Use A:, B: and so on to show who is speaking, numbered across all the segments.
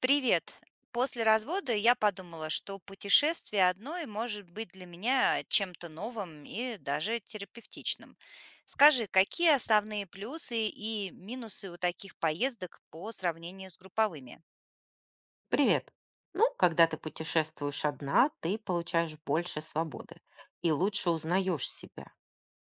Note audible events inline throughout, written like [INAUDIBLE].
A: Привет. После развода я подумала, что путешествие одной может быть для меня чем-то новым и даже терапевтичным. Скажи, какие основные плюсы и минусы у таких поездок по сравнению с групповыми?
B: Привет. Ну, когда ты путешествуешь одна, ты получаешь больше свободы и лучше узнаешь себя.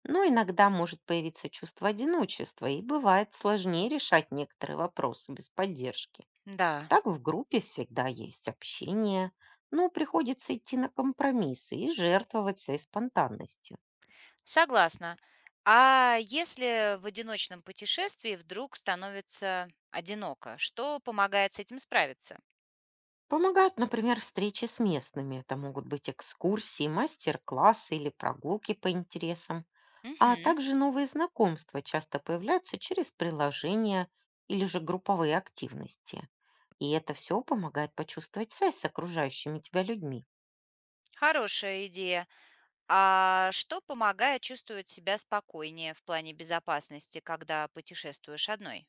B: Но иногда может появиться чувство одиночества, и бывает сложнее решать некоторые вопросы без поддержки.
A: Да,
B: Так в группе всегда есть общение, но приходится идти на компромиссы и жертвовать своей спонтанностью.
A: согласна. А если в одиночном путешествии вдруг становится одиноко, что помогает с этим справиться?
B: Помогают, например, встречи с местными. Это могут быть экскурсии, мастер-классы или прогулки по интересам. А
A: Мгм.
B: также новые знакомства часто появляются через приложения или же групповые активности. И это все помогает почувствовать связь с окружающими тебя людьми.
A: Хорошая идея. А что помогает чувствовать себя спокойнее в плане безопасности, когда путешествуешь одной?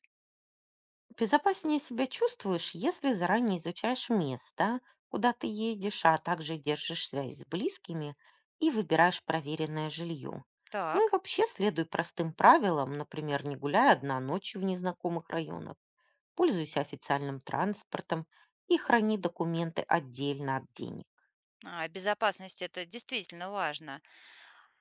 B: Безопаснее себя чувствуешь, если заранее изучаешь место, куда ты едешь, а также держишь связь с близкими и выбираешь проверенное жилье. Ну и
A: Так,
B: вообще следуй простым правилам, например, не гуляй одна ночью в незнакомых районах, пользуйся официальным транспортом и храни документы отдельно от денег.
A: а, безопасность это действительно важно.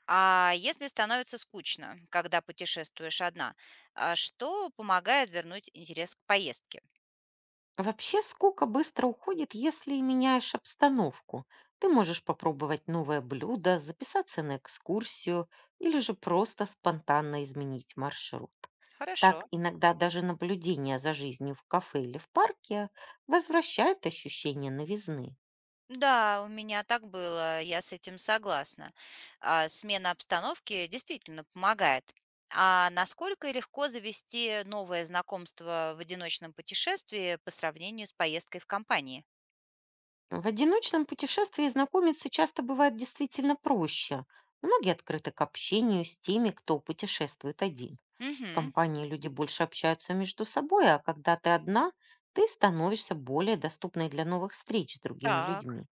A: А если становится скучно, когда путешествуешь одна, а что помогает вернуть интерес к поездке?
B: Вообще скука быстро уходит, если меняешь обстановку. Ты можешь попробовать новое блюдо, записаться на экскурсию или же просто спонтанно изменить маршрут.
A: Хорошо.
B: Так иногда даже наблюдение за жизнью в кафе или в парке возвращает ощущение новизны.
A: Да, у меня так было, я с этим согласна. А, смена обстановки действительно помогает. А насколько легко завести новое знакомство в одиночном путешествии по сравнению с поездкой в компании?
B: В одиночном путешествии знакомиться часто бывает действительно проще. Многие открыты к общению с теми, кто путешествует один. В
A: Угу,
B: компании люди больше общаются между собой, а когда ты одна, ты становишься более доступной для новых встреч с другими
A: так.
B: людьми.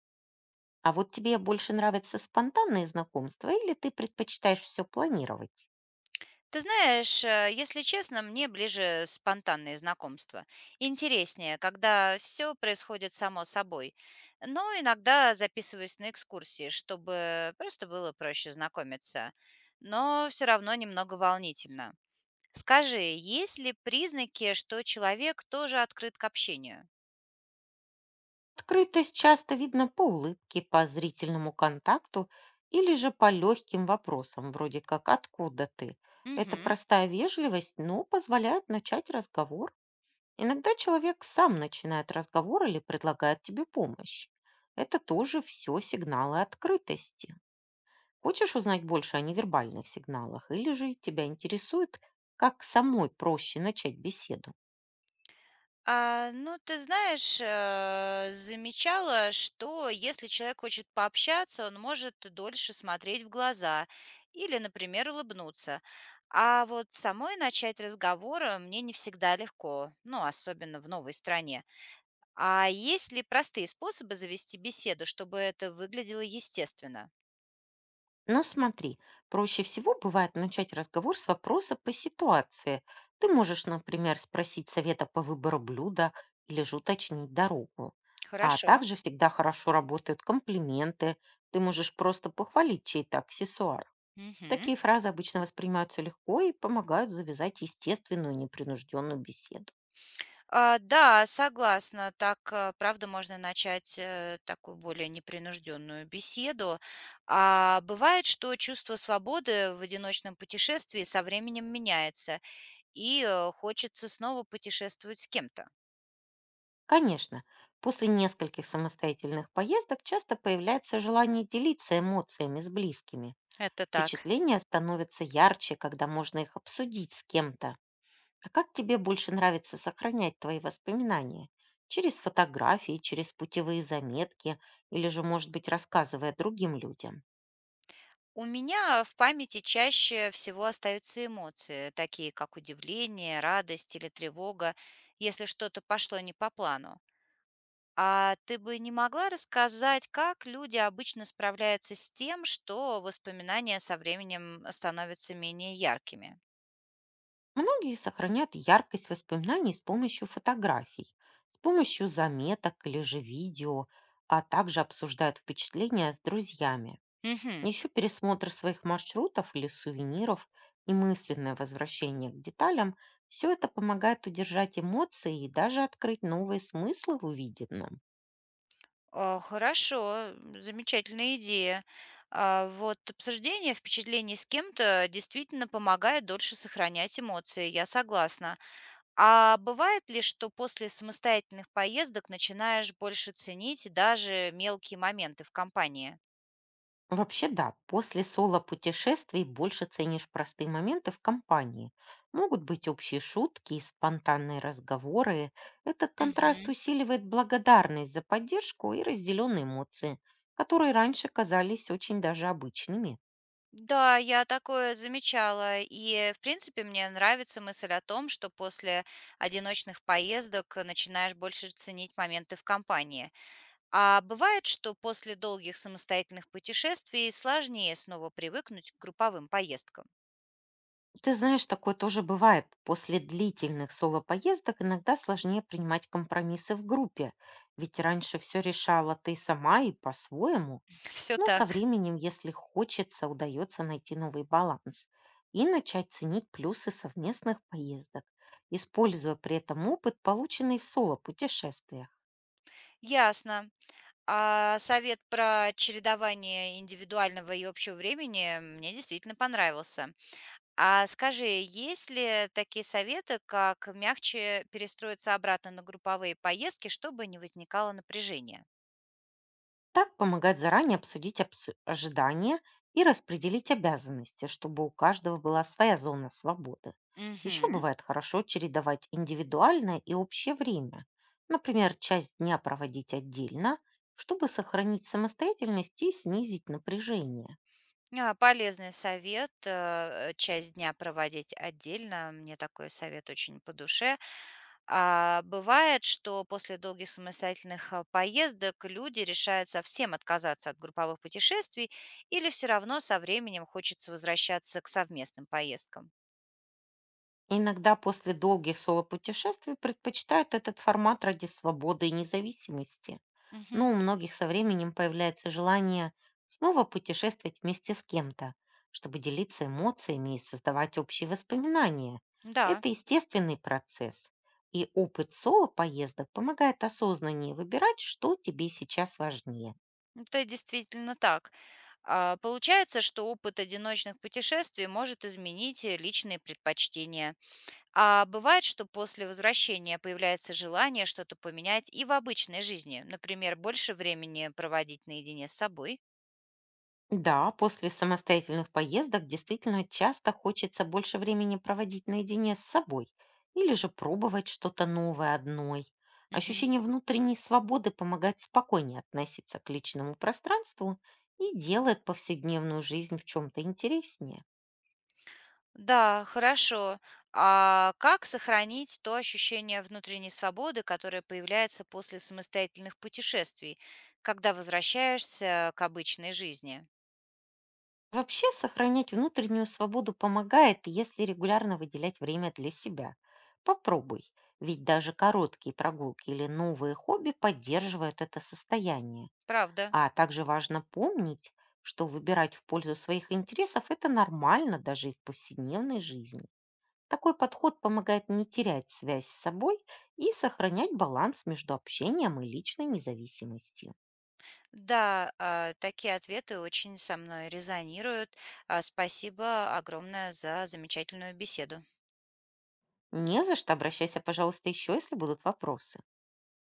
B: А вот тебе больше нравятся спонтанные знакомства или ты предпочитаешь все планировать?
A: Ты знаешь, если честно, мне ближе спонтанные знакомства. Интереснее, когда все происходит само собой. Но иногда записываюсь на экскурсии, чтобы просто было проще знакомиться. Но все равно немного волнительно. Скажи, есть ли признаки, что человек тоже открыт к общению?
B: Открытость часто видно по улыбке, по зрительному контакту или же по легким вопросам, вроде как «откуда ты?». Это
A: Мгм.
B: простая вежливость, но позволяет начать разговор. Иногда человек сам начинает разговор или предлагает тебе помощь. Это тоже все сигналы открытости. Хочешь узнать больше о невербальных сигналах или же тебя интересует, как самой проще начать беседу?
A: А, ну, ты знаешь, замечала, что если человек хочет пообщаться, он может дольше смотреть в глаза или, например, улыбнуться. А вот самой начать разговор, мне не всегда легко, ну, особенно в новой стране. А есть ли простые способы завести беседу, чтобы это выглядело естественно?
B: Но смотри, проще всего бывает начать разговор с вопроса по ситуации. Ты можешь, например, спросить совета по выбору блюда или же уточнить дорогу. А
A: Хорошо.
B: также всегда хорошо работают комплименты. Ты можешь просто похвалить чей-то аксессуар.
A: Мгм.
B: Такие фразы обычно воспринимаются легко и помогают завязать естественную непринужденную беседу.
A: А, да, согласна. Так, правда, можно начать такую более непринужденную беседу. А бывает, что чувство свободы в одиночном путешествии со временем меняется, и хочется снова путешествовать с кем-то.
B: Конечно, после нескольких самостоятельных поездок часто появляется желание делиться эмоциями с близкими.
A: Это так.
B: Впечатления становятся ярче, когда можно их обсудить с кем-то. А как тебе больше нравится сохранять твои воспоминания? Через фотографии, через путевые заметки или же, может быть, рассказывая другим людям?
A: У меня в памяти чаще всего остаются эмоции, такие как удивление, радость или тревога, если что-то пошло не по плану. А ты бы не могла рассказать, как люди обычно справляются с тем, что воспоминания со временем становятся менее яркими?
B: Многие сохраняют яркость воспоминаний с помощью фотографий, с помощью заметок или же видео, а также обсуждают впечатления с друзьями.
A: Мгм.
B: Еще пересмотр своих маршрутов или сувениров и мысленное возвращение к деталям — все это помогает удержать эмоции и даже открыть новые смыслы в увиденном.
A: А, хорошо, замечательная идея. А, вот обсуждение впечатлений с кем-то действительно помогает дольше сохранять эмоции, я согласна. А бывает ли, что после самостоятельных поездок начинаешь больше ценить даже мелкие моменты в компании?
B: Вообще да, после соло-путешествий больше ценишь простые моменты в компании. Могут быть общие шутки и спонтанные разговоры. Этот контраст усиливает благодарность за поддержку и разделенные эмоции, которые раньше казались очень даже обычными.
A: Да, я такое замечала. И, в принципе, мне нравится мысль о том, что после одиночных поездок начинаешь больше ценить моменты в компании. А бывает, что после долгих самостоятельных путешествий сложнее снова привыкнуть к групповым поездкам.
B: Ты знаешь, такое тоже бывает. После длительных соло-поездок иногда сложнее принимать компромиссы в группе, ведь раньше все решала ты сама и по-своему,
A: [LAUGHS] Все
B: но
A: так.
B: со временем, если хочется, удается найти новый баланс и начать ценить плюсы совместных поездок, используя при этом опыт, полученный в соло-путешествиях.
A: Ясно. А совет про чередование индивидуального и общего времени мне действительно понравился. А скажи, есть ли такие советы, как мягче перестроиться обратно на групповые поездки, чтобы не возникало напряжения?
B: Так помогает заранее обсудить ожидания и распределить обязанности, чтобы у каждого была своя зона свободы. Еще
A: Мгм.
B: бывает хорошо чередовать индивидуальное и общее время. Например, часть дня проводить отдельно, чтобы сохранить самостоятельность и снизить напряжение.
A: А, полезный совет, часть дня проводить отдельно, мне такой совет очень по душе. А, бывает, что после долгих самостоятельных поездок люди решают совсем отказаться от групповых путешествий или все равно со временем хочется возвращаться к совместным поездкам?
B: Иногда после долгих соло-путешествий предпочитают этот формат ради свободы и независимости. Но
A: Мгм.
B: у многих со временем появляется желание снова путешествовать вместе с кем-то, чтобы делиться эмоциями и создавать общие воспоминания.
A: Да,
B: Это естественный процесс. И опыт соло-поездок помогает осознаннее выбирать, что тебе сейчас важнее.
A: это действительно так. А, получается, что опыт одиночных путешествий может изменить личные предпочтения. А бывает, что после возвращения появляется желание что-то поменять и в обычной жизни, например, больше времени проводить наедине с собой.
B: Да, после самостоятельных поездок действительно часто хочется больше времени проводить наедине с собой или же пробовать что-то новое одной.
A: Мгм.
B: Ощущение внутренней свободы помогает спокойнее относиться к личному пространству и делает повседневную жизнь в чем-то интереснее.
A: Да, хорошо. А как сохранить то ощущение внутренней свободы, которое появляется после самостоятельных путешествий, когда возвращаешься к обычной жизни?
B: Вообще сохранять внутреннюю свободу помогает, если регулярно выделять время для себя. Попробуй, ведь даже короткие прогулки или новые хобби поддерживают это состояние.
A: Правда.
B: А также важно помнить, что выбирать в пользу своих интересов — это нормально даже и в повседневной жизни. Такой подход помогает не терять связь с собой и сохранять баланс между общением и личной независимостью.
A: Да, такие ответы очень со мной резонируют. А, спасибо огромное за замечательную беседу.
B: Не за что, обращайся, пожалуйста, еще, если будут вопросы.